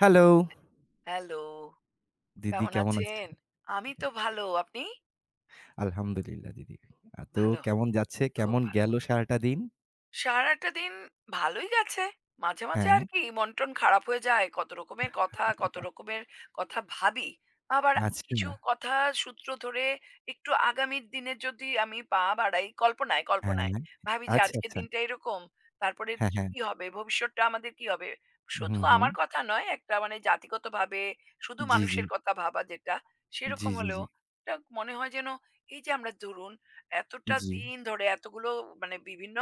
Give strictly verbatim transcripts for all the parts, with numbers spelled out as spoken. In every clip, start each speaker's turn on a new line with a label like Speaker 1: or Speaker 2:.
Speaker 1: Hello!
Speaker 2: Hello,
Speaker 1: দিদি
Speaker 2: কেমন
Speaker 1: কেমন আছেন?
Speaker 2: আছেন? আমি তো ভালো। আপনি?
Speaker 1: আলহামদুলিল্লাহ দিদি। আ তো
Speaker 2: ভালো,
Speaker 1: কেমন যাচ্ছে?
Speaker 2: খুব
Speaker 1: কেমন
Speaker 2: ভালো।
Speaker 1: গেল সারাটা দিন?
Speaker 2: সারাটা দিন ভালোই গেছে। মাঝে, মাঝে
Speaker 1: হ্যাঁ,
Speaker 2: আর কি মন-টন খারাপ হয়ে যায়। কত রকমের কথা, কত রকমের কথা ভাবি। আবার কিছু
Speaker 1: আচ্ছা।
Speaker 2: কথা সূত্র ধরে একটু আগামীর দিনে যদি আমি পা বাড়াই কল্পনায়,
Speaker 1: হ্যাঁ,
Speaker 2: কল্পনায়। ভাবি যে
Speaker 1: আচ্ছা,
Speaker 2: আজকের
Speaker 1: আচ্ছা।
Speaker 2: দিনটা এরকম। তারপরে
Speaker 1: হ্যাঁ, হ্যাঁ।
Speaker 2: কি হবে? ভবিষ্যৎটা আমাদের কি হবে? শুধু
Speaker 1: হুম, হুম।
Speaker 2: আমার কথা নয়, একটা মানে জাতিগতভাবে শুধু
Speaker 1: জি, জি।
Speaker 2: মানুষের কথা ভাবা যেটা,
Speaker 1: জি,
Speaker 2: সেরকম
Speaker 1: জি, জি।
Speaker 2: হলেও এটা মনে হয় যেন এই যে আমরা ধরুন এতটা
Speaker 1: জি।
Speaker 2: দিন ধরে এতগুলো মানে বিভিন্ন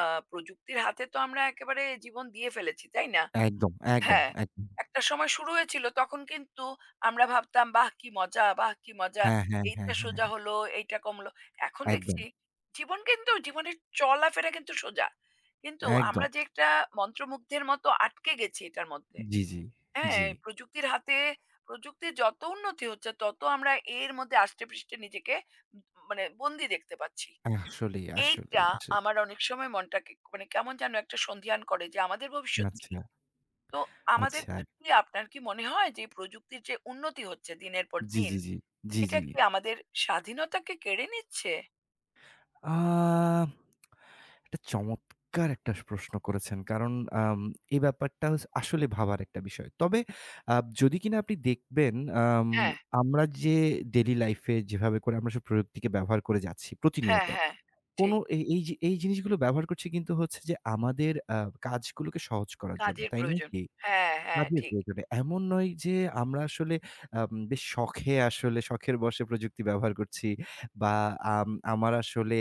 Speaker 2: আহ, প্রযুক্তির হাতে তো আমরা একেবারে জীবন দিয়ে ফেলেছি তাই না।
Speaker 1: একদম, একদম,
Speaker 2: হ্যাঁ,
Speaker 1: একদম।
Speaker 2: একটা সময় শুরু হয়েছিল তখন কিন্তু আমরা ভাবতাম বাহ কি মজা, বাহ কি মজা।
Speaker 1: হ্যাঁ, হ্যাঁ, হ্যাঁ,
Speaker 2: এইটা
Speaker 1: হ্যাঁ,
Speaker 2: সোজা
Speaker 1: হ্যাঁ।
Speaker 2: হলো, এইটা কমলো। এখন
Speaker 1: একদম,
Speaker 2: দেখছি জীবন কিন্তু জীবনের চলাফেরা কিন্তু সোজা, কিন্তু
Speaker 1: একদম।
Speaker 2: আমরা যে একটা মন্ত্রমুগ্ধের মতো আটকে গেছি এটার মধ্যে।
Speaker 1: জি, জি,
Speaker 2: হ্যাঁ,
Speaker 1: জি।
Speaker 2: প্রযুক্তির হাতে। প্রযুক্তির যত উন্নতি হচ্ছে তত আমরা এর মধ্যে আষ্টে পৃষ্ঠে নিজেকে উম মানে বন্দি দেখতে পাচ্ছি।
Speaker 1: আসলেই, আসলেই, আসলেই।
Speaker 2: এইটা আমার অনেক সময় মনটাকে মানে কেমন যেন একটা সন্ধিহান করে যে আমাদের ভবিষ্যৎ কি?
Speaker 1: আচ্ছা,
Speaker 2: তো আমাদের
Speaker 1: আচ্ছা।
Speaker 2: কি, আপনার কি মনে হয় যে প্রযুক্তির যে উন্নতি হচ্ছে দিনের পর
Speaker 1: জি,
Speaker 2: দিন,
Speaker 1: জি, জি। জি,
Speaker 2: এটা
Speaker 1: জি।
Speaker 2: কি আমাদের স্বাধীনতাকে কেড়ে নিচ্ছে?
Speaker 1: আ এটা চমৎকার একটা প্রশ্ন করেছেন। কারণ
Speaker 2: হুম,
Speaker 1: আম এই ব্যাপারটা হচ্ছে আসলে ভাবার একটা বিষয়। তবে আ যদি কিনা আপনি দেখবেন আম
Speaker 2: হ্যাঁ,
Speaker 1: আমরা যে ডেইলি লাইফ এ যেভাবে করে আমরা সব প্রযুক্তিকে ব্যবহার করে যাচ্ছি
Speaker 2: হ্যাঁ,
Speaker 1: প্রতিনিয়ত।
Speaker 2: হ্যাঁ,
Speaker 1: কোনো
Speaker 2: ঠিক।
Speaker 1: এই এই যে এই জিনিসগুলো ব্যবহার করছি কিন্তু হচ্ছে যে আমাদের আ কাজগুলোকে সহজ করার জন্য।
Speaker 2: কাজের
Speaker 1: তাই নয়
Speaker 2: প্রয়োজন।
Speaker 1: কি?
Speaker 2: হ্যাঁ, হ্যাঁ,
Speaker 1: কাজের
Speaker 2: ঠিক।
Speaker 1: প্রয়োজনে। এমন নয় যে আমরা আসলে আম বেশ শখে আসলে শখের বশে প্রযুক্তি ব্যবহার করছি বা আম আমার আসলে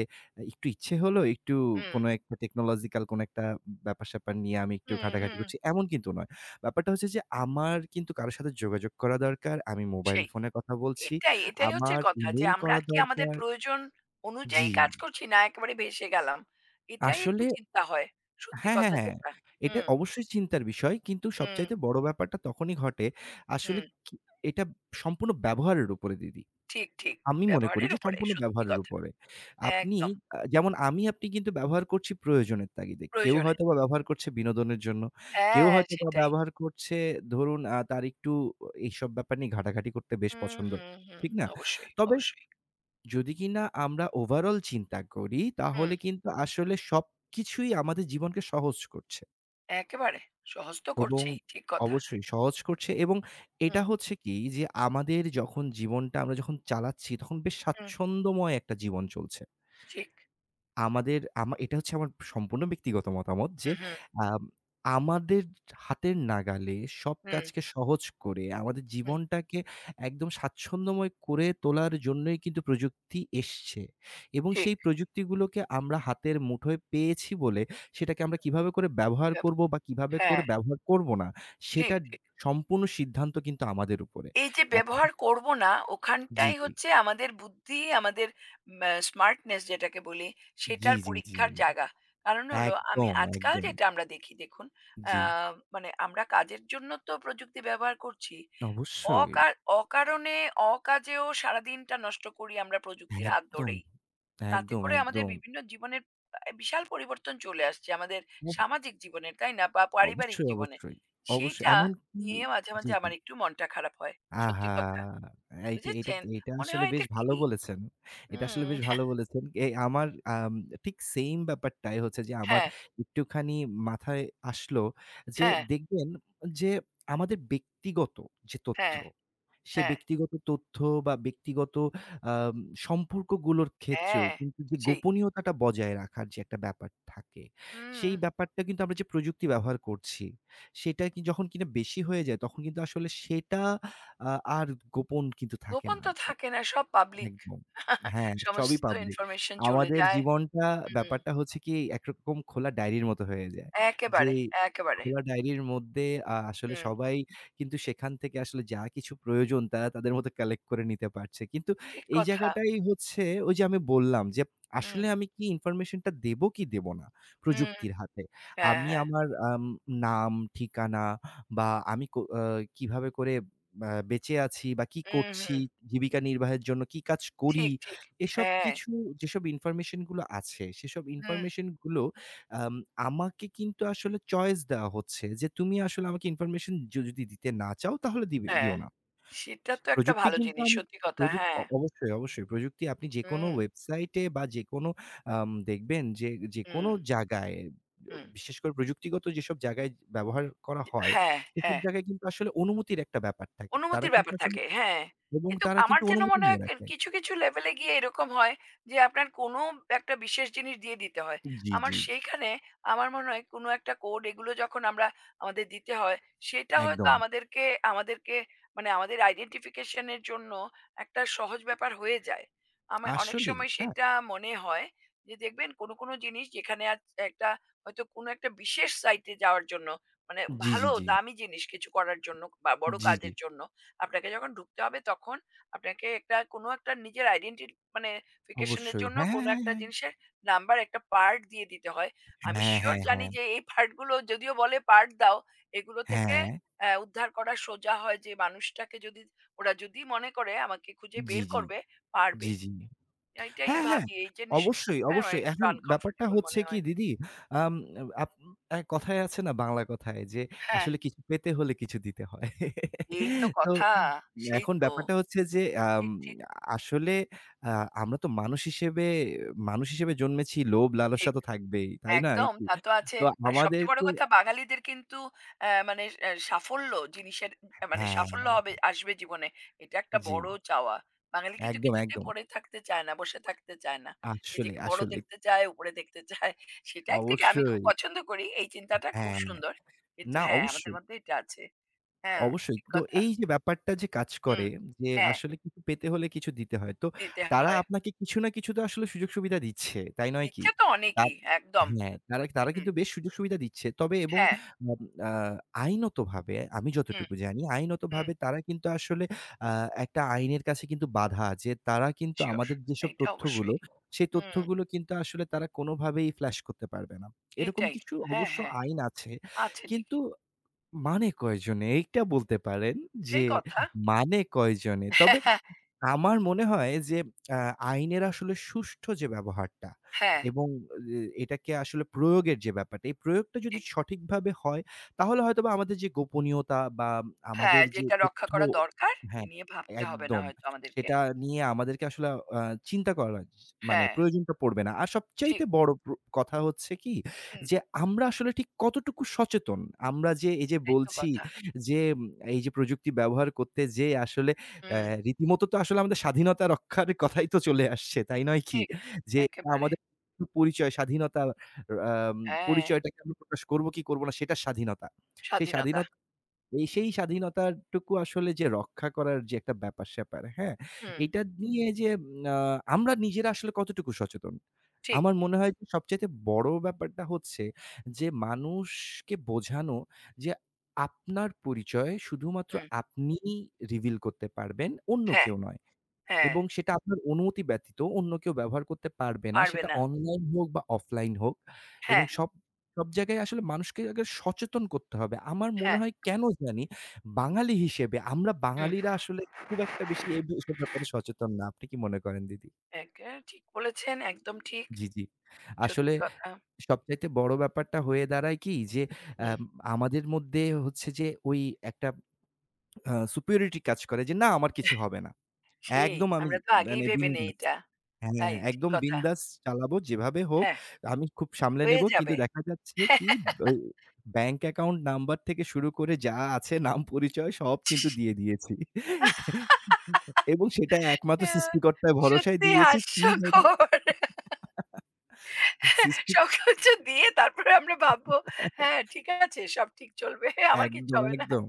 Speaker 1: একটু ইচ্ছে হলো একটু
Speaker 2: হুম,
Speaker 1: কোনো একটা টেকনোলজিক্যাল কোনো একটা ব্যাপার-স্যাপার নিয়ে আমি একটু
Speaker 2: হুম,
Speaker 1: ঘাটাঘাটি
Speaker 2: হুম,
Speaker 1: করছি, এমন কিন্তু নয়। ব্যাপারটা হচ্ছে যে আমার কিন্তু কারো সাথে যোগাযোগ করা দরকার। আমি মোবাইল
Speaker 2: সেই।
Speaker 1: ফোনে কথা বলছি।
Speaker 2: এটাই, এটাই হচ্ছে
Speaker 1: আমার
Speaker 2: কথা যে
Speaker 1: ইমেইল
Speaker 2: আমরা
Speaker 1: করা
Speaker 2: কি আমাদের
Speaker 1: দরকার।
Speaker 2: প্রয়োজন অনুযায়ী
Speaker 1: জি।
Speaker 2: কাজ করছি না একেবারে ভেসে গেলাম? এটাই একটু
Speaker 1: আসলে
Speaker 2: চিন্তা হয়। সত্যি
Speaker 1: হ্যাঁ, হ্যাঁ,
Speaker 2: কথা
Speaker 1: হ্যাঁ।
Speaker 2: যেটা।
Speaker 1: এটা
Speaker 2: হুম,
Speaker 1: অবশ্যই চিন্তার বিষয়। কিন্তু
Speaker 2: হুম,
Speaker 1: সবচাইতে বড় ব্যাপারটা তখনই ঘটে। আসলে
Speaker 2: হুম।
Speaker 1: কি, এটা সম্পূর্ণ ব্যবহারের উপরে দিদি।
Speaker 2: ঠিক, ঠিক।
Speaker 1: আমি মনে করি
Speaker 2: ব্যবহারের
Speaker 1: যে
Speaker 2: উপরে
Speaker 1: সম্পূর্ণ
Speaker 2: সত্যি
Speaker 1: ব্যবহারের
Speaker 2: কথা।
Speaker 1: উপরে। আপনি
Speaker 2: একদম।
Speaker 1: আ যেমন আমি আপনি কিন্তু ব্যবহার করছি প্রয়োজনের তাগিদে। কেউ
Speaker 2: প্রয়োজনে।
Speaker 1: হয়তোবা ব্যবহার করছে বিনোদনের জন্য। কেউ
Speaker 2: হ্যাঁ,
Speaker 1: হয়তোবা
Speaker 2: সেটাই।
Speaker 1: ব্যবহার করছে, ধরুন আ তার একটু এইসব ব্যাপার নিয়ে ঘাটাঘাটি করতে বেশ
Speaker 2: হুম,
Speaker 1: পছন্দ।
Speaker 2: হুম, হুম।
Speaker 1: ঠিক না?
Speaker 2: অবশ্যই,
Speaker 1: তবে স
Speaker 2: অবশ্যই।
Speaker 1: যদি কিনা আমরা ওভারঅল চিন্তা করি তাহলে
Speaker 2: হুম,
Speaker 1: কিন্তু আসলে সবকিছুই আমাদের জীবনকে সহজ করছে।
Speaker 2: একেবারে। সহজ তো
Speaker 1: এবং
Speaker 2: করছেই। ঠিক কথা।
Speaker 1: অবশ্যই সহজ করছে এবং এটা
Speaker 2: হুম,
Speaker 1: হচ্ছে কি যে আমাদের যখন জীবনটা আমরা যখন চালাচ্ছি তখন বেশ
Speaker 2: হুম।
Speaker 1: স্বাচ্ছন্দ্যময় একটা জীবন চলছে।
Speaker 2: ঠিক।
Speaker 1: আমাদের আমা এটা হচ্ছে আমার সম্পূর্ণ ব্যক্তিগত মতামত যে,
Speaker 2: হুম, হুম,
Speaker 1: আম আমাদের হাতের নাগালে সব
Speaker 2: হুম,
Speaker 1: কাজকে সহজ করে আমাদের
Speaker 2: হুম।
Speaker 1: জীবনটাকে একদম স্বাচ্ছন্দ্যময় করে তোলার জন্যই কিন্তু প্রযুক্তি এসছে। এবং
Speaker 2: ঠিক।
Speaker 1: সেই প্রযুক্তিগুলোকে আমরা হাতের মুঠোয় পেয়েছি বলে সেটাকে আমরা
Speaker 2: হুম,
Speaker 1: কিভাবে করে ব্যবহার
Speaker 2: ব্যব
Speaker 1: করব বা কিভাবে করে
Speaker 2: হ্যাঁ,
Speaker 1: ব্যবহার করব না,
Speaker 2: ঠিক।
Speaker 1: সেটার সম্পূর্ণ সিদ্ধান্ত কিন্তু আমাদের উপরে।
Speaker 2: এই যে
Speaker 1: এখন
Speaker 2: ব্যবহার করব না,
Speaker 1: জি,
Speaker 2: ওখানটাই
Speaker 1: জি।
Speaker 2: হচ্ছে আমাদের বুদ্ধি, আমাদের ম্যা স্মার্টনেস যেটাকে বলি,
Speaker 1: জি,
Speaker 2: সেটার
Speaker 1: জি, জি।
Speaker 2: পরীক্ষার জায়গা। কারণ হলো আমি
Speaker 1: একদম,
Speaker 2: আজকাল
Speaker 1: একদম।
Speaker 2: যেটা আমরা দেখি দেখুন, আ
Speaker 1: জি,
Speaker 2: মানে আমরা কাজের জন্য তো প্রযুক্তি ব্যবহার করছি।
Speaker 1: অবশ্যই।
Speaker 2: অকা অকারণে অকাজেও সারাদিনটা নষ্ট করি আমরা প্রযুক্তির হাত
Speaker 1: একদম,
Speaker 2: ধরেই। তাতে
Speaker 1: একদম,
Speaker 2: করে আমাদের
Speaker 1: একদম।
Speaker 2: বিভিন্ন জীবনের আ বিশাল পরিবর্তন চলে আসছে আমাদের
Speaker 1: অব
Speaker 2: সামাজিক জীবনে, তাই না? বা পারিবারিক
Speaker 1: অবশ্যই,
Speaker 2: জীবনে।
Speaker 1: অবশ্যই। অবশ্যই
Speaker 2: সেইটা
Speaker 1: এমনকি
Speaker 2: নিয়ে মাঝে,
Speaker 1: জি,
Speaker 2: মাঝে
Speaker 1: জি।
Speaker 2: আমার একটু মনটা খারাপ হয়। সত্যি কথা।
Speaker 1: আহা! এইটা এইটা
Speaker 2: বুঝেছেন?
Speaker 1: এইটা
Speaker 2: মনে
Speaker 1: আসলে
Speaker 2: হয়
Speaker 1: বেশ
Speaker 2: এটা
Speaker 1: ভালো
Speaker 2: কি?
Speaker 1: বলেছেন। এটা আসলে বেশ
Speaker 2: হুম।
Speaker 1: ভালো বলেছেন। এ আমার আম ঠিক সেইম ব্যাপারটাই হচ্ছে যে আমার
Speaker 2: হ্যাঁ,
Speaker 1: একটুখানি মাথায় আসলো যে
Speaker 2: হ্যাঁ,
Speaker 1: দেখবেন যে আমাদের ব্যক্তিগত যে তথ্য,
Speaker 2: হ্যাঁ,
Speaker 1: সে
Speaker 2: হ্যাঁ,
Speaker 1: ব্যক্তিগত তথ্য বা ব্যক্তিগত আম সম্পর্কগুলোর ক্ষেত্রেও
Speaker 2: হ্যাঁ,
Speaker 1: কিন্তু যে
Speaker 2: সেই।
Speaker 1: গোপনীয়তাটা বজায় রাখার যে একটা ব্যাপার থাকে,
Speaker 2: হুম।
Speaker 1: সেই ব্যাপারটা কিন্তু আমরা যে প্রযুক্তি ব্যবহার করছি, সেটা কি যখন কিনা বেশি হয়ে যায় তখন কিন্তু আসলে সেটা আ আর গোপন কিন্তু থাকে
Speaker 2: গোপন
Speaker 1: না।
Speaker 2: তো থাকে না, সব পাবলিক।
Speaker 1: একদম। হ্যাঁ, সবই
Speaker 2: সমস্ত
Speaker 1: পাবলিক।
Speaker 2: ইনফরমেশন চলে
Speaker 1: আমাদের
Speaker 2: যায়।
Speaker 1: জীবনটা,
Speaker 2: হুম।
Speaker 1: ব্যাপারটা হচ্ছে কি, একরকম খোলা ডায়েরির মতো হয়ে যায়। যে
Speaker 2: একেবারে, একেবারে।
Speaker 1: খোলা ডায়েরির মধ্যে আ আসলে
Speaker 2: হুম।
Speaker 1: সবাই কিন্তু সেখান থেকে আসলে যা কিছু প্রয়োজন তারা তাদের মতো কালেক্ট করে নিতে পারছে। কিন্তু
Speaker 2: ঠিক
Speaker 1: এই
Speaker 2: কথা।
Speaker 1: জায়গাটাই হচ্ছে, ওই যে আমি বললাম যে
Speaker 2: হুম,
Speaker 1: আসলে আমি কি ইনফরমেশনটা দেবো কি দেব না
Speaker 2: হুম।
Speaker 1: প্রযুক্তির হাতে।
Speaker 2: হ্যাঁ,
Speaker 1: আমি
Speaker 2: হ্যাঁ।
Speaker 1: আমার আম নাম, ঠিকানা বা আমি কো আ কিভাবে করে আ বেঁচে আছি বা কি
Speaker 2: হুম,
Speaker 1: করছি,
Speaker 2: হুম।
Speaker 1: জীবিকা নির্বাহের জন্য কি কাজ করি,
Speaker 2: ঠিক, ঠিক।
Speaker 1: এসব
Speaker 2: হ্যাঁ।
Speaker 1: কিছু যেসব ইনফরমেশন গুলো আছে, সেসব
Speaker 2: হুম,
Speaker 1: ইনফরমেশন গুলো আম আমাকে কিন্তু আসলে চয়েস দেওয়া হচ্ছে যে, "তুমি আসলে আমাকে ইনফরমেশন য যদি দিতে না চাও তাহলে দিবে
Speaker 2: হ্যাঁ।
Speaker 1: দিও না।"
Speaker 2: সেটা তো একটা
Speaker 1: প্রযুক্তি
Speaker 2: ভালো
Speaker 1: কিন্তু
Speaker 2: জিনিস।
Speaker 1: আমি
Speaker 2: সত্যি কথা।
Speaker 1: প্রযুক অ
Speaker 2: হ্যাঁ।
Speaker 1: অবশ্যই, অবশ্যই। প্রযুক্তি আপনি যেকোনো
Speaker 2: হুম,
Speaker 1: ওয়েবসাইটে বা যেকোনো আম দেখবেন যে যেকোনো
Speaker 2: হুম,
Speaker 1: জায়গায় য
Speaker 2: হুম।
Speaker 1: বিশেষ করে প্রযুক্তিগত যেসব জায়গায় ব্যবহার করা
Speaker 2: জি
Speaker 1: হয়,
Speaker 2: হ্যাঁ,
Speaker 1: সেসব
Speaker 2: হ্যাঁ।
Speaker 1: জায়গায় কিন্তু আসলে অনুমতির একটা ব্যাপার থাকে। তারা
Speaker 2: অনুমতির
Speaker 1: কিন্তু
Speaker 2: ব্যাপার
Speaker 1: আসলে
Speaker 2: থাকে, হ্যাঁ।
Speaker 1: এবং
Speaker 2: কিন্তু
Speaker 1: তারা
Speaker 2: আমার
Speaker 1: কিন্তু
Speaker 2: যেন
Speaker 1: অনুমতি
Speaker 2: মনে
Speaker 1: নিয়ে
Speaker 2: হয় কে
Speaker 1: রাখে।
Speaker 2: কিছু, কিছু লেভেলে গিয়ে এরকম হয় যে আপনার কোনো একটা বিশেষ জিনিস দিয়ে দিতে হয়।
Speaker 1: জি,
Speaker 2: আমার
Speaker 1: জি।
Speaker 2: সেইখানে আমার মনে হয় কোনো একটা কোড এগুলো যখন আমরা আমাদের দিতে হয়, সেটা হয়তো
Speaker 1: একদম।
Speaker 2: আমাদেরকে আমাদেরকে মানে আমাদের আইডেন্টিফিকেশন এর জন্য একটা সহজ ব্যাপার হয়ে যায়। আমার অনেক
Speaker 1: আসলেই,
Speaker 2: সময়
Speaker 1: হ্যাঁ।
Speaker 2: সেটা মনে হয় যে দেখবেন কোনো, কোনো জিনিস যেখানে আজ একটা হয়তো কোনো একটা বিশেষ সাইটে যাওয়ার জন্য মানে
Speaker 1: জি, জি,
Speaker 2: ভালো
Speaker 1: জি।
Speaker 2: দামি জিনিস কিছু করার জন্য বা বড়
Speaker 1: জি, জি।
Speaker 2: কাজের জন্য আপনাকে যখন ঢুকতে হবে তখন আপনাকে একটা কোনো একটা নিজের আইডেন্টি মানে ফিকেশনের
Speaker 1: অবশ্যই।
Speaker 2: জন্য কোনো একটা
Speaker 1: হ্যাঁ,
Speaker 2: জিনিসের নাম্বার একটা পার্ট দিয়ে দিতে হয়। আমি
Speaker 1: হ্যাঁ,
Speaker 2: শিওর
Speaker 1: হ্যাঁ,
Speaker 2: জানি
Speaker 1: হ্যাঁ।
Speaker 2: যে এই পার্টগুলো যদিও বলে পার্ট দাও এগুলো
Speaker 1: হ্যাঁ, হ্যাঁ,
Speaker 2: থেকে
Speaker 1: হ্যাঁ। হ্যাঁ।
Speaker 2: আহ, উদ্ধার করা সোজা হয় যে মানুষটাকে যদি ওরা যদি মনে করে আমাকে খুঁজে
Speaker 1: জি,
Speaker 2: বের
Speaker 1: জি।
Speaker 2: করবে
Speaker 1: জি,
Speaker 2: পারবে।
Speaker 1: জি।
Speaker 2: এটাই
Speaker 1: হ্যাঁ, হ্যাঁ।
Speaker 2: ভাবি এই
Speaker 1: অবশ্যই,
Speaker 2: জিনিসটা আমার
Speaker 1: অবশ্যই।
Speaker 2: একটু
Speaker 1: এখন ব্যাপারটা
Speaker 2: আনকমফোর্টেবল
Speaker 1: হচ্ছে
Speaker 2: মনে
Speaker 1: কি
Speaker 2: হয়।
Speaker 1: দিদি, আম আপ এক কথায় আছে না বাংলা কথায় যে,
Speaker 2: হ্যাঁ,
Speaker 1: আসলে কিছু পেতে হলে কিছু দিতে হয়।
Speaker 2: এই তো
Speaker 1: তো
Speaker 2: কথা, সেই
Speaker 1: এখন
Speaker 2: তো
Speaker 1: ব্যাপারটা হচ্ছে যে, আম
Speaker 2: ঠিক, ঠিক
Speaker 1: আসলে আ আমরা তো মানুষ হিসেবে মানুষ হিসেবে জন্মেছি লোভ লালসা
Speaker 2: ঠিক,
Speaker 1: তো থাকবেই। তাই না?
Speaker 2: একদম
Speaker 1: একটু।
Speaker 2: তা তো আছে।
Speaker 1: তো
Speaker 2: আর সবচেয়ে বড়
Speaker 1: আমাদেরকে
Speaker 2: কথা বাঙালিদের কিন্তু অ্যা মানে অ্যা সাফল্য জিনিসের অ্যা মানে
Speaker 1: হ্যাঁ,
Speaker 2: সাফল্য হবে আসবে জীবনে। এটা একটা
Speaker 1: জি।
Speaker 2: বড় চাওয়া। বাঙালি কিন্তু
Speaker 1: একদম,
Speaker 2: কিছুতেই
Speaker 1: একদম।
Speaker 2: পড়ে থাকতে চায় না, বসে থাকতে চায় না।
Speaker 1: আসলে,
Speaker 2: নিজেকে বড়
Speaker 1: আসলে।
Speaker 2: দেখতে চায়, উপরে দেখতে চায়। সেটা একদিকে আমি খুব
Speaker 1: অবশ্যই।
Speaker 2: পছন্দ করি। এই চিন্তাটা খুব
Speaker 1: হ্যাঁ।
Speaker 2: সুন্দর। কিন্তু
Speaker 1: না,
Speaker 2: হ্যাঁ, আমাদের
Speaker 1: অবশ্যই।
Speaker 2: মধ্যে এটা আছে। হ্যাঁ,
Speaker 1: অবশ্যই।
Speaker 2: ঠিক
Speaker 1: তো
Speaker 2: কথা।
Speaker 1: এই যে ব্যাপারটা যে কাজ
Speaker 2: হুম।
Speaker 1: করে যে
Speaker 2: হ্যাঁ,
Speaker 1: আসলে কিছু পেতে হলে কিছু দিতে হয়। তো
Speaker 2: দিতে
Speaker 1: তারা
Speaker 2: হয়।
Speaker 1: আপনাকে কিছু না কিছু তো আসলে সুযোগ সুবিধা দিচ্ছে। তাই নয় কি?
Speaker 2: দিচ্ছে তো
Speaker 1: তার
Speaker 2: অনেকেই একদম।
Speaker 1: হ্যাঁ, তারা তারা
Speaker 2: হুম।
Speaker 1: কিন্তু বেশ সুযোগ সুবিধা দিচ্ছে। তবে এবং
Speaker 2: হ্যাঁ।
Speaker 1: আম আ আইনতভাবে আমি
Speaker 2: হুম,
Speaker 1: যতটুকু জানি
Speaker 2: হুম।
Speaker 1: আইনতভাবে তারা কিন্তু আসলে আ একটা আইনের কাছে কিন্তু বাধা যে তারা কিন্তু
Speaker 2: শিওর।
Speaker 1: আমাদের যেসব
Speaker 2: এইটা
Speaker 1: তথ্যগুলো,
Speaker 2: অবশ্যই।
Speaker 1: সেই
Speaker 2: হুম।
Speaker 1: তথ্যগুলো কিন্তু আসলে তারা কোনোভাবেই ফ্ল্যাশ করতে পারবে না। এরকম
Speaker 2: এটাই।
Speaker 1: কিছু
Speaker 2: হ্যাঁ,
Speaker 1: অবশ্য
Speaker 2: হ্যাঁ।
Speaker 1: আইন আছে।
Speaker 2: আছে
Speaker 1: কিন্তু
Speaker 2: ঠিকই।
Speaker 1: মানে কয়জনে? এইটা বলতে পারেন যে,
Speaker 2: এটাই কথা।
Speaker 1: মানে কয়জনে। তবে
Speaker 2: হ্যাঁ,
Speaker 1: আমার মনে হয় যে আ আইনের আসলে সুষ্ঠু যে ব্যবহারটা
Speaker 2: হ্যাঁ
Speaker 1: এবং এ এটাকে আসলে প্রয়োগের যে ব্যাপারটা, এই প্রয়োগটা যদি
Speaker 2: ঠিক।
Speaker 1: সঠিকভাবে হয় তাহলে হয়তোবা আমাদের যে গোপনীয়তা বা
Speaker 2: হ্যাঁ,
Speaker 1: আমাদের যে
Speaker 2: যেটা রক্ষা
Speaker 1: তথ্য,
Speaker 2: করা দরকার এ
Speaker 1: হ্যাঁ,
Speaker 2: নিয়ে ভাবতে হবে না
Speaker 1: একদম।
Speaker 2: হয়তো আমাদেরকে।
Speaker 1: সেটা নিয়ে আমাদেরকে আসলে আ চিন্তা করা জ- মানে
Speaker 2: হ্যাঁ,
Speaker 1: প্রয়োজনটা পড়বে না। আর সবচাইতে
Speaker 2: ঠিক।
Speaker 1: বড় প্র কথা হচ্ছে কি,
Speaker 2: হুম,
Speaker 1: যে আমরা আসলে ঠিক কতটুকু সচেতন? আমরা যে এই যে
Speaker 2: এই তো
Speaker 1: বলছি
Speaker 2: কথা।
Speaker 1: যে উম, এই যে প্রযুক্তি ব্যবহার করতে যেয়ে আসলে অ্যা
Speaker 2: হুম,
Speaker 1: রীতিমতো তো আসলে আমাদের স্বাধীনতা রক্ষার কথাই তো চলে আসছে। তাই নয় কি?
Speaker 2: ঠিক।
Speaker 1: যে এটা
Speaker 2: একেবারে।
Speaker 1: আমাদের পরিচয় স্বাধীনতার আম
Speaker 2: হ্যাঁ,
Speaker 1: পরিচয়টাকে আমরা প্রকাশ করব কি করব না সেটা স্বাধীনতা। সেই
Speaker 2: স্বাধীনতা।
Speaker 1: স্বাধীনতা এই সেই স্বাধীনতাটুকু আসলে যে রক্ষা করার যে একটা ব্যাপার-স্যাপার, হ্যাঁ?
Speaker 2: হুম,
Speaker 1: এটা নিয়ে যে উম আ আমরা নিজেরা আসলে কতটুকু সচেতন?
Speaker 2: ঠিক।
Speaker 1: আমার মনে হয় যে সবচাইতে বড় ব্যাপারটা হচ্ছে যে মানুষকে বোঝানো যে আপনার পরিচয় শুধুমাত্র
Speaker 2: হুম,
Speaker 1: আপনিই রিভিল করতে পারবেন, অন্য
Speaker 2: হ্যাঁ,
Speaker 1: কেউ নয়।
Speaker 2: হ্যাঁ।
Speaker 1: এবং সেটা আপনার অনুমতি ব্যতীত অন্য কেউ ব্যবহার করতে পারবে না।
Speaker 2: পারবে
Speaker 1: সেটা
Speaker 2: না।
Speaker 1: অনলাইন হোক বা অফলাইন হোক, এবং
Speaker 2: হ্যাঁ,
Speaker 1: সব সব জায়গায় আসলে মানুষকে আগে সচেতন করতে হবে। আমার মনে
Speaker 2: হ্যাঁ।
Speaker 1: হয় কেন জানি বাঙালি হিসেবে আমরা
Speaker 2: হুম।
Speaker 1: বাঙালিরা আসলে খুব একটা বেশি এ এসব ব্যাপারে সচেতন না। আপনি কি মনে করেন দিদি?
Speaker 2: একে ঠিক বলেছেন, একদম ঠিক।
Speaker 1: জি, জি। আসলে
Speaker 2: সত্যি কথা।
Speaker 1: সবচাইতে বড় ব্যাপারটা হয়ে দাঁড়ায় কি যে
Speaker 2: হুম,
Speaker 1: আম আমাদের মধ্যে হচ্ছে যে, ওই একটা আ superiority কাজ করে যে না আমার কিছু হবে না।
Speaker 2: সেই
Speaker 1: একদম, আমি
Speaker 2: আমরা তো আগেই
Speaker 1: মানে
Speaker 2: ভেবে নেই
Speaker 1: বিন্দাস।
Speaker 2: এটা।
Speaker 1: হ্যাঁ,
Speaker 2: তাই ঠিক
Speaker 1: একদম
Speaker 2: কথা।
Speaker 1: বিন্দাস চালাবো যেভাবে হোক।
Speaker 2: হ্যাঁ,
Speaker 1: আমি খুব সামলে
Speaker 2: হয়ে
Speaker 1: নেব। কিন্তু
Speaker 2: যাবে।
Speaker 1: দেখা যাচ্ছে কি, ওই ব্যাংক অ্যাকাউন্ট নাম্বার থেকে শুরু করে যা আছে নাম পরিচয় সব কিন্তু দিয়ে দিয়েছি। এবং সেটা একমাত্র
Speaker 2: আহ
Speaker 1: সৃষ্টিকর্তার ভরসায়
Speaker 2: সত্যি
Speaker 1: দিয়েছি। কি জানি
Speaker 2: হাস্যকর।
Speaker 1: সৃষ্টি
Speaker 2: সবকিছু দিয়ে তারপরে আমরা ভাববো, হ্যাঁ, ঠিক আছে, সব ঠিক চলবে। আমার কিচ্ছু
Speaker 1: একদম,
Speaker 2: হবে না।
Speaker 1: একদম,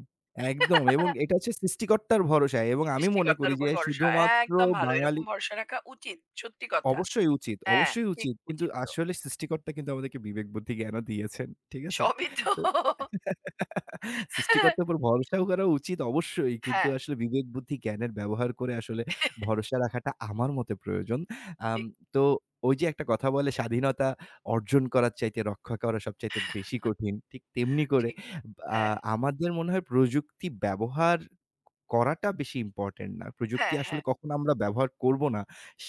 Speaker 1: একদম এবং এটা হচ্ছে সৃষ্টিকর্তার ভরসায়, এবং আমি মনে করি
Speaker 2: সৃষ্টিকর্তার
Speaker 1: যে
Speaker 2: উপর ভরসা। হ্যাঁ,
Speaker 1: শুধুমাত্র
Speaker 2: একদম ভালো।
Speaker 1: বাঙালি
Speaker 2: এরকম ভরসা রাখা উচিত। সত্যি কথা।
Speaker 1: অবশ্যই উচিত,
Speaker 2: হ্যাঁ,
Speaker 1: অবশ্যই
Speaker 2: ঠিক
Speaker 1: উচিত। কিন্তু
Speaker 2: উচিত তো।
Speaker 1: আসলে সৃষ্টিকর্তা কিন্তু আমাদেরকে বিবেক বুদ্ধি জ্ঞানও দিয়েছেন। ঠিক আছে?
Speaker 2: সবই তো।
Speaker 1: তো সৃষ্টিকর্তার উপর ভরসাও করা উচিত অবশ্যই। কিন্তু
Speaker 2: হ্যাঁ,
Speaker 1: আসলে বিবেক বুদ্ধি জ্ঞানের ব্যবহার করে আসলে ভরসা রাখাটা আমার মতে প্রয়োজন। আম
Speaker 2: ঠিক,
Speaker 1: তো ওই যে একটা কথা বলে স্বাধীনতা অর্জন করার চাইতে রক্ষা করা সবচাইতে বেশি কঠিন। ঠিক তেমনি করে
Speaker 2: ঠিক।
Speaker 1: আ
Speaker 2: হ্যাঁ,
Speaker 1: আমাদের মনে হয় প্রযুক্তি ব্যবহার করাটা বেশি ইম্পোর্টেন্ট না। প্রযুক্তি
Speaker 2: হ্যাঁ,
Speaker 1: আসলে
Speaker 2: হ্যাঁ।
Speaker 1: কখন আমরা ব্যবহার করব না,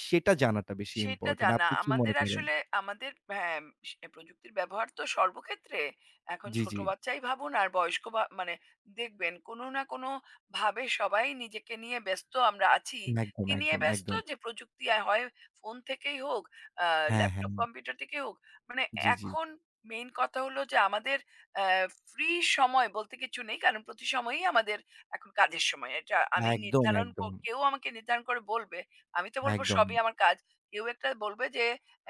Speaker 1: সেটা জানাটা বেশি
Speaker 2: সেটা
Speaker 1: ইম্পোর্টেন্ট।
Speaker 2: জানা।
Speaker 1: আপনি কি মনে
Speaker 2: আমাদের
Speaker 1: করেন?
Speaker 2: আসলে আমাদের হ্যাঁ, স প্রযুক্তির ব্যবহার তো সর্বক্ষেত্রে। এখন
Speaker 1: জি,
Speaker 2: ছোট
Speaker 1: জি।
Speaker 2: বাচ্চাই ভাবুন আর বয়স্ক বা মানে দেখবেন কোনো না কোনো ভাবে সবাই নিজেকে নিয়ে ব্যস্ত আমরা আছি।
Speaker 1: একদম,
Speaker 2: কি নিয়ে
Speaker 1: একদম,
Speaker 2: ব্যস্ত?
Speaker 1: একদম।
Speaker 2: যে প্রযুক্তি আ হয় ফোন থেকেই হোক, আ
Speaker 1: হ্যাঁ, হ্যাঁ।
Speaker 2: ল্যাপটপ কম্পিউটার থেকে হোক। মানে
Speaker 1: জি, জি।
Speaker 2: এখন মেইন কথা হলো যে আমাদের অ্যা ফ্রি সময় বলতে কিছু নেই। কারণ প্রতি সময়ই আমাদের এখন কাজের সময়। এটা আমি
Speaker 1: একদম,
Speaker 2: নির্ধারণ ক
Speaker 1: একদম,
Speaker 2: কেউ আমাকে নির্ধারণ করে বলবে। আমি তো বলব
Speaker 1: একদম।
Speaker 2: সবই আমার কাজ। কেউ একটা বলবে যে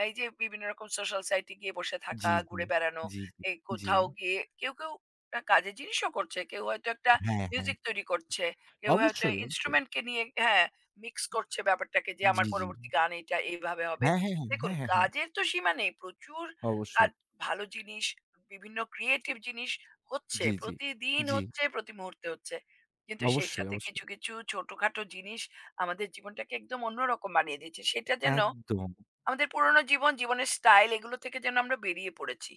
Speaker 2: এই যে বিভিন্ন রকম সোশ্যাল সাইটে গিয়ে বসে
Speaker 1: জি,
Speaker 2: থাকা,
Speaker 1: জি,
Speaker 2: ঘুরে বেড়ানো,
Speaker 1: জি, জি,
Speaker 2: এই
Speaker 1: জি।
Speaker 2: কোথাও গিয়ে কেউ, কেউ আ কাজের জিনিসও করছে। কেউ হয়তো একটা
Speaker 1: হ্যাঁ, হ্যাঁ।
Speaker 2: মিউজিক তৈরি করছে। কেউ হয়তো
Speaker 1: অবশ্যই, অবশ্যই।
Speaker 2: ইন্সট্রুমেন্ট কে নিয়ে হ্যাঁ, মিক্স করছে ব্যাপারটাকে যে
Speaker 1: জি,
Speaker 2: আমার
Speaker 1: জি।
Speaker 2: পরবর্তী গান এটা এইভাবে হবে।
Speaker 1: হ্যাঁ, হ্যাঁ, হ্যাঁ,
Speaker 2: দেখুন
Speaker 1: হ্যাঁ, হ্যাঁ, হ্যাঁ।
Speaker 2: কাজের তো সীমা নেই। প্রচুর কাজ,
Speaker 1: অবশ্যই।
Speaker 2: ভালো জিনিস, বিভিন্ন ক্রিয়েটিভ জিনিস হচ্ছে।
Speaker 1: জি, জি,
Speaker 2: প্রতিদিন
Speaker 1: জি।
Speaker 2: হচ্ছে, প্রতি মুহূর্তে হচ্ছে। কিন্তু সেই
Speaker 1: অবশ্যই,
Speaker 2: সাথে
Speaker 1: অবশ্যই।
Speaker 2: কিছু, কিছু ছোটখাটো জিনিস আমাদের জীবনটাকে একদম অন্যরকম বানিয়ে দিচ্ছে। সেটা যেন
Speaker 1: একদম।
Speaker 2: আমাদের পুরোনো জীবন, জীবনের স্টাইল এগুলো থেকে যেন আমরা বেরিয়ে পড়েছি।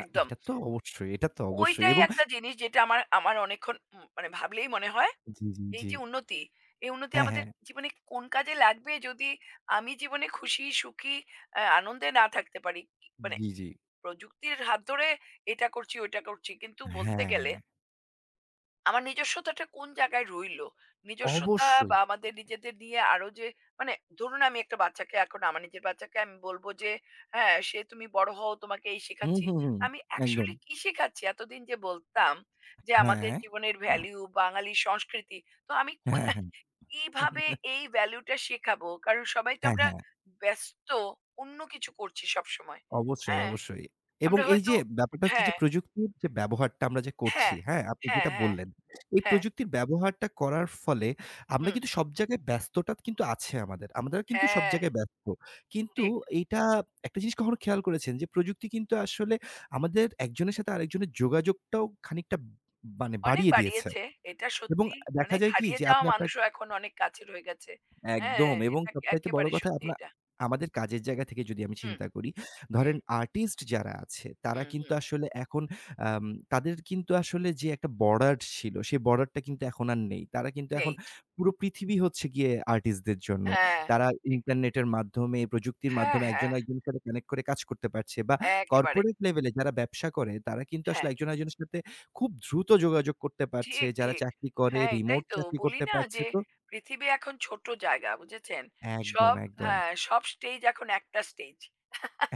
Speaker 1: আ
Speaker 2: একদম।
Speaker 1: এটা তো অবশ্যই, এটা তো অবশ্যই
Speaker 2: ওইটাই
Speaker 1: এবং
Speaker 2: একটা জিনিস যেটা আমার আমার অনেকক্ষণ উম মানে ভাবলেই মনে হয়
Speaker 1: জি, জি,
Speaker 2: এই
Speaker 1: জি।
Speaker 2: যে উন্নতি, এই উন্নতি
Speaker 1: হ্যাঁ,
Speaker 2: আমাদের
Speaker 1: হ্যাঁ।
Speaker 2: জীবনে কোন কাজে লাগবে যদি আমি জীবনে খুশি, সুখী, আ আনন্দে না থাকতে পারি। কি- মানে
Speaker 1: জি, জি।
Speaker 2: প্রযুক্তির হাত ধরে এটা করছি, ওইটা করছি। কিন্তু বলতে গেলে
Speaker 1: হ্যাঁ,
Speaker 2: আমার নিজস্বতাটা কোন জায়গায় রইলো? নিজস্বতা
Speaker 1: অবশ্যই।
Speaker 2: বা আমাদের নিজেদের নিয়ে আরো যে মানে ধরুন আমি একটা বাচ্চাকে এখন আমার নিজের বাচ্চাকে আমি বলব যে, "হ্যাঁ, সে তুমি বড় হও, তোমাকে এই
Speaker 1: হুম,
Speaker 2: শেখাচ্ছি।"
Speaker 1: হুম, হুম।
Speaker 2: আমি
Speaker 1: একদম।
Speaker 2: অ্যাকচুয়ালি কি শেখাচ্ছি? এতদিন যে বলতাম যে আমাদের
Speaker 1: হ্যাঁ,
Speaker 2: জীবনের ভ্যালু, বাঙালি সংস্কৃতি। তো আমি কো-
Speaker 1: হ্যাঁ, হ্যাঁ।
Speaker 2: কিভাবে এই ভ্যালুটা শেখাবো? কারণ সবাই তো
Speaker 1: হ্যাঁ,
Speaker 2: আমরা
Speaker 1: হ্যাঁ।
Speaker 2: ব্যস্ত অন্য কিছু করছি সবসময়।
Speaker 1: অবশ্যই,
Speaker 2: হ্যাঁ,
Speaker 1: অবশ্যই। এবং
Speaker 2: আমরা
Speaker 1: এই
Speaker 2: হয়তো
Speaker 1: যে ব্যাপারটা হচ্ছে যে
Speaker 2: হ্যাঁ,
Speaker 1: প্রযুক্তির যে ব্যবহারটা আমরা যে করছি,
Speaker 2: হ্যাঁ,
Speaker 1: হ্যাঁ? আপনি
Speaker 2: হ্যাঁ,
Speaker 1: যেটা
Speaker 2: হ্যাঁ,
Speaker 1: বললেন, এই
Speaker 2: হ্যাঁ,
Speaker 1: প্রযুক্তির ব্যবহারটা করার ফলে আমরা
Speaker 2: হুম,
Speaker 1: কিন্তু সব জায়গায়, ব্যস্ততা কিন্তু আছে আমাদের। আমরা কিন্তু সব
Speaker 2: হ্যাঁ,
Speaker 1: জায়গায় ব্যস্ত। কিন্তু
Speaker 2: ঠিক।
Speaker 1: এইটা একটা জিনিস কখনো খেয়াল করেছেন যে প্রযুক্তি কিন্তু আসলে আমাদের একজনের সাথে আরেকজনের যোগাযোগটাও খানিকটা মানে
Speaker 2: অনেক
Speaker 1: বাড়িয়ে দিয়েছে।
Speaker 2: বাড়িয়েছে। এটা
Speaker 1: এবং
Speaker 2: সত্যি।
Speaker 1: দেখা
Speaker 2: অনেক
Speaker 1: যায় কি
Speaker 2: হারিয়ে
Speaker 1: যে
Speaker 2: যাওয়া
Speaker 1: আপনি আপনার
Speaker 2: মানুষও এখন অনেক কাছের হয়ে গেছে। হ্যাঁ,
Speaker 1: একদম, এবং
Speaker 2: এটা
Speaker 1: সবচাইতে বড়
Speaker 2: একেবারে
Speaker 1: কথা
Speaker 2: সত্যি
Speaker 1: আপনা
Speaker 2: এটা।
Speaker 1: আমাদের কাজের জায়গা থেকে যদি আমি
Speaker 2: হুম,
Speaker 1: চিন্তা করি,
Speaker 2: হুম,
Speaker 1: ধরেন আর্টিস্ট যারা আছে তারা
Speaker 2: হুম,
Speaker 1: কিন্তু
Speaker 2: হুম।
Speaker 1: আসলে এখন আম তাদের কিন্তু আসলে যে একটা বর্ডার ছিল সেই বর্ডারটা কিন্তু এখন আর নেই। তারা কিন্তু এখন,
Speaker 2: নেই ঠিক।
Speaker 1: পুরো পৃথিবী হচ্ছে গিয়ে আর্টিস্টদের জন্য।
Speaker 2: হ্যাঁ,
Speaker 1: তারা
Speaker 2: ঠিক।
Speaker 1: ইন্টারনেটের মাধ্যমে, প্রযুক্তির
Speaker 2: হ্যাঁ,
Speaker 1: মাধ্যমে একজন
Speaker 2: হ্যাঁ,
Speaker 1: আরেকজনের সাথে কানেক্ট করে কাজ করতে পারছে, বা
Speaker 2: একেবারে।
Speaker 1: কর্পোরেট লেভেলে যারা ব্যবসা করে তারা কিন্তু আসলে
Speaker 2: হ্যাঁ,
Speaker 1: একজন আরেকজনের সাথে খুব দ্রুত যোগাযোগ করতে পারছে।
Speaker 2: ঠিক,
Speaker 1: যারা
Speaker 2: ঠিক।
Speaker 1: চাকরি করে
Speaker 2: হ্যাঁ,
Speaker 1: রিমোট
Speaker 2: এটাই তো।
Speaker 1: চাকরি
Speaker 2: বলি
Speaker 1: করতে
Speaker 2: না
Speaker 1: পারছে।
Speaker 2: যে
Speaker 1: তো
Speaker 2: পৃথিবী এখন ছোট জায়গা, বুঝেছেন?
Speaker 1: একদম,
Speaker 2: সব
Speaker 1: একদম।
Speaker 2: হ্যাঁ, সব স্টেজ এখন একটা স্টেজ।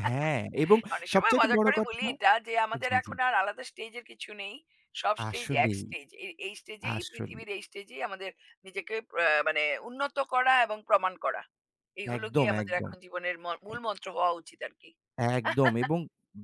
Speaker 1: হ্যাঁ, এবং
Speaker 2: অনেক সময়
Speaker 1: সবচাইতে
Speaker 2: মজা
Speaker 1: বড়
Speaker 2: করে
Speaker 1: কথা
Speaker 2: বলি এটা যে আমাদের
Speaker 1: জি, জি।
Speaker 2: এখন আর আলাদা স্টেজের কিছু নেই, সব স্টেজ এক
Speaker 1: আসলেই,
Speaker 2: স্টেজ, এই স্টেজেই
Speaker 1: আসলেই।
Speaker 2: পৃথিবীর এই স্টেজেই আমাদের নিজেকে আহ, মানে উন্নত করা এবং প্রমাণ করা এই হলো কি
Speaker 1: একদম,
Speaker 2: আমাদের
Speaker 1: একদম।
Speaker 2: এখন জীবনের ম-
Speaker 1: এ
Speaker 2: মূল মন্ত্র হওয়া উচিত আর কি।
Speaker 1: একদম এবং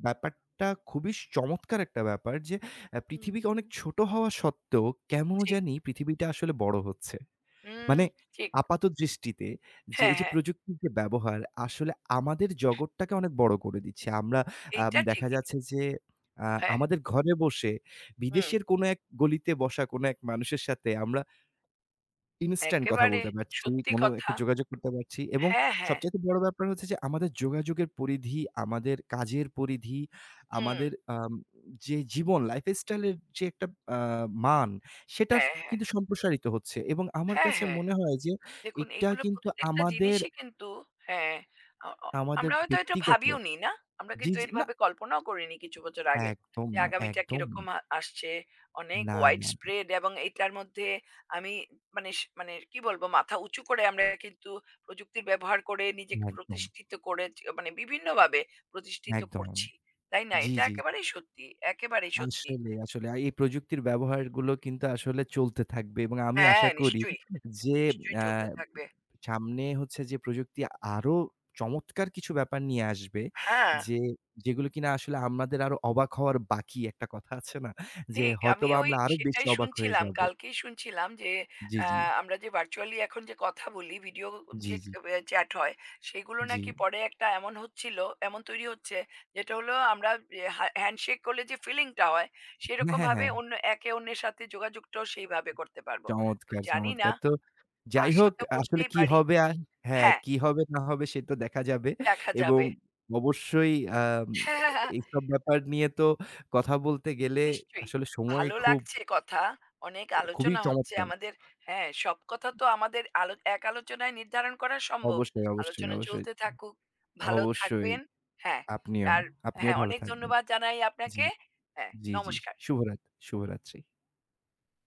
Speaker 1: ব্যাপারটা খুবই চমৎকার একটা ব্যাপার যে আ পৃথিবী
Speaker 2: হুম,
Speaker 1: অনেক ছোট হওয়া সত্ত্বেও কেন
Speaker 2: ঠিক।
Speaker 1: জানি পৃথিবীটা আসলে বড় হচ্ছে।
Speaker 2: হুম,
Speaker 1: মানে
Speaker 2: ঠিক।
Speaker 1: আপাত দৃষ্টিতে যে
Speaker 2: হ্যাঁ,
Speaker 1: এই যে
Speaker 2: হ্যাঁ।
Speaker 1: প্রযুক্তির যে ব্যবহার আসলে আমাদের জগৎটাকে অনেক বড় করে দিচ্ছে। আমরা আম
Speaker 2: এইটা
Speaker 1: দেখা
Speaker 2: ঠিকই।
Speaker 1: যাচ্ছে যে আ
Speaker 2: হ্যাঁ।
Speaker 1: আমাদের ঘরে বসে
Speaker 2: হুম।
Speaker 1: বিদেশের কোনো এক গলিতে বসা কোনো এক মানুষের সাথে আমরা ইনস্ট্যান্ট কথা
Speaker 2: একেবারে
Speaker 1: বলতে পারছি,
Speaker 2: সত্যি
Speaker 1: কোনো
Speaker 2: কথা।
Speaker 1: একটা যোগাযোগ করতে পারছি, এবং
Speaker 2: হ্যাঁ, হ্যাঁ।
Speaker 1: সবচাইতে বড় ব্যাপার হচ্ছে যে আমাদের যোগাযোগের পরিধি, আমাদের কাজের পরিধি,
Speaker 2: হুম।
Speaker 1: আমাদের আম যে জীবন লাইফস্টাইল এর যে একটা আ মান, সেটার
Speaker 2: হ্যাঁ, হ্যাঁ,
Speaker 1: কিন্তু সম্প্রসারিত হচ্ছে, এবং আমার
Speaker 2: হ্যাঁ,
Speaker 1: কাছে
Speaker 2: হ্যাঁ।
Speaker 1: মনে হয় যে
Speaker 2: দেখুন
Speaker 1: এটা
Speaker 2: এগুলো
Speaker 1: কিন্তু
Speaker 2: প্রত্যেকটা
Speaker 1: আমাদের,
Speaker 2: জিনিসই কিন্তু হ্যাঁ, আ অ
Speaker 1: আমাদের
Speaker 2: আমরা হয়তো এটা
Speaker 1: ব্যক্তিগত
Speaker 2: ভাবিওনি না? আমরা
Speaker 1: জি,
Speaker 2: কিন্তু
Speaker 1: জি, না।
Speaker 2: এভাবে কল্পনাও করিনি কিছু বছর আগে
Speaker 1: একদম
Speaker 2: যে
Speaker 1: না,
Speaker 2: আগামীটা
Speaker 1: একদম
Speaker 2: কিরকম
Speaker 1: না।
Speaker 2: আ আসছে। অনেক
Speaker 1: না,
Speaker 2: ওয়াইড
Speaker 1: না, না।
Speaker 2: স্প্রেড এবং এটার মধ্যে আমি মানে স মানে কি বলব মাথা উঁচু করে আমরা কিন্তু প্রযুক্তির ব্যবহার করে নিজেকে
Speaker 1: একদম,
Speaker 2: প্রতিষ্ঠিত করে মানে বিভিন্নভাবে প্রতিষ্ঠিত
Speaker 1: একদম।
Speaker 2: করছি। তাই না?
Speaker 1: জি,
Speaker 2: এটা
Speaker 1: জি।
Speaker 2: একেবারেই সত্যি, একেবারেই সত্যি।
Speaker 1: আসলেই, আসলে। আর এই প্রযুক্তির ব্যবহারগুলো কিন্তু আসলে চলতে থাকবে, এবং আমি আশা
Speaker 2: হ্যাঁ,
Speaker 1: করি
Speaker 2: নিশ্চয়ই,
Speaker 1: যে
Speaker 2: নিশ্চয়ই
Speaker 1: আ
Speaker 2: চলতে থাকবে।
Speaker 1: সামনে হচ্ছে যে প্রযুক্তি আরো চমৎকার কিছু ব্যাপার নিয়ে আসবে
Speaker 2: হ্যাঁ।
Speaker 1: যে যেগুলো কিনা আসলে আমাদের আরো অবাক হওয়ার বাকি একটা কথা আছে না? যে
Speaker 2: ঠিক। আমি
Speaker 1: হয়তোবা
Speaker 2: ওই
Speaker 1: আমরা আরো বেশি
Speaker 2: সেটাই
Speaker 1: অবাক হয়ে
Speaker 2: শুনছিলাম।
Speaker 1: যাব।
Speaker 2: কালকেই শুনছিলাম যে
Speaker 1: জি,
Speaker 2: আ
Speaker 1: জি।
Speaker 2: আমরা যে ভার্চুয়ালি এখন যে কথা বলি, ভিডিও
Speaker 1: জি,
Speaker 2: যে
Speaker 1: জি।
Speaker 2: এ চ্যাট হয়, সেগুলো
Speaker 1: জি।
Speaker 2: নাকি পরে একটা এমন হচ্ছিল, এমন তৈরি হচ্ছে যেটা হলো আমরা এ হা হ্যান্ডশেক করলে যে ফিলিংটা হয়,
Speaker 1: হ্যাঁ, হ্যাঁ,
Speaker 2: সেরকমভাবে
Speaker 1: হ্যাঁ।
Speaker 2: অন্য একে অন্যের সাথে যোগাযোগটাও সেইভাবে করতে পারব। তো
Speaker 1: চমৎকার,
Speaker 2: জানি না,
Speaker 1: চমৎকার। তো যাই
Speaker 2: আশা
Speaker 1: হোক,
Speaker 2: তো
Speaker 1: আসলে
Speaker 2: করতেই
Speaker 1: কি
Speaker 2: পারি।
Speaker 1: হবে আর, হ্যাঁ,
Speaker 2: হ্যাঁ,
Speaker 1: কি হবে না হবে সে তো দেখা যাবে,
Speaker 2: দেখা
Speaker 1: এবং
Speaker 2: যাবে।
Speaker 1: অবশ্যই আম এইসব ব্যাপার নিয়ে তো কথা বলতে গেলে
Speaker 2: নিশ্চয়ই।
Speaker 1: আসলে সময়
Speaker 2: ভালো
Speaker 1: খুব
Speaker 2: লাগছে কথা। অনেক
Speaker 1: খুবই
Speaker 2: আলোচনা হচ্ছে
Speaker 1: চমৎকার।
Speaker 2: আমাদের। হ্যাঁ, সব কথা তো আমাদের আলো এক আলোচনায় নির্ধারণ করা সম্ভব।
Speaker 1: অবশ্যই, অবশ্যই,
Speaker 2: আলোচনা
Speaker 1: অবশ্যই,
Speaker 2: চলতে থাকুক। ভালো
Speaker 1: অবশ্যই।
Speaker 2: থাকবেন। হ্যাঁ,
Speaker 1: আপনিও,
Speaker 2: আর
Speaker 1: আপনিও
Speaker 2: হ্যাঁ,
Speaker 1: ভালো
Speaker 2: অনেক
Speaker 1: থাকবেন।
Speaker 2: ধন্যবাদ জানাই
Speaker 1: জি,
Speaker 2: আপনাকে। হ্যাঁ,
Speaker 1: জি, জি।
Speaker 2: নমস্কার।
Speaker 1: শুভরাত শুভরাত্রি।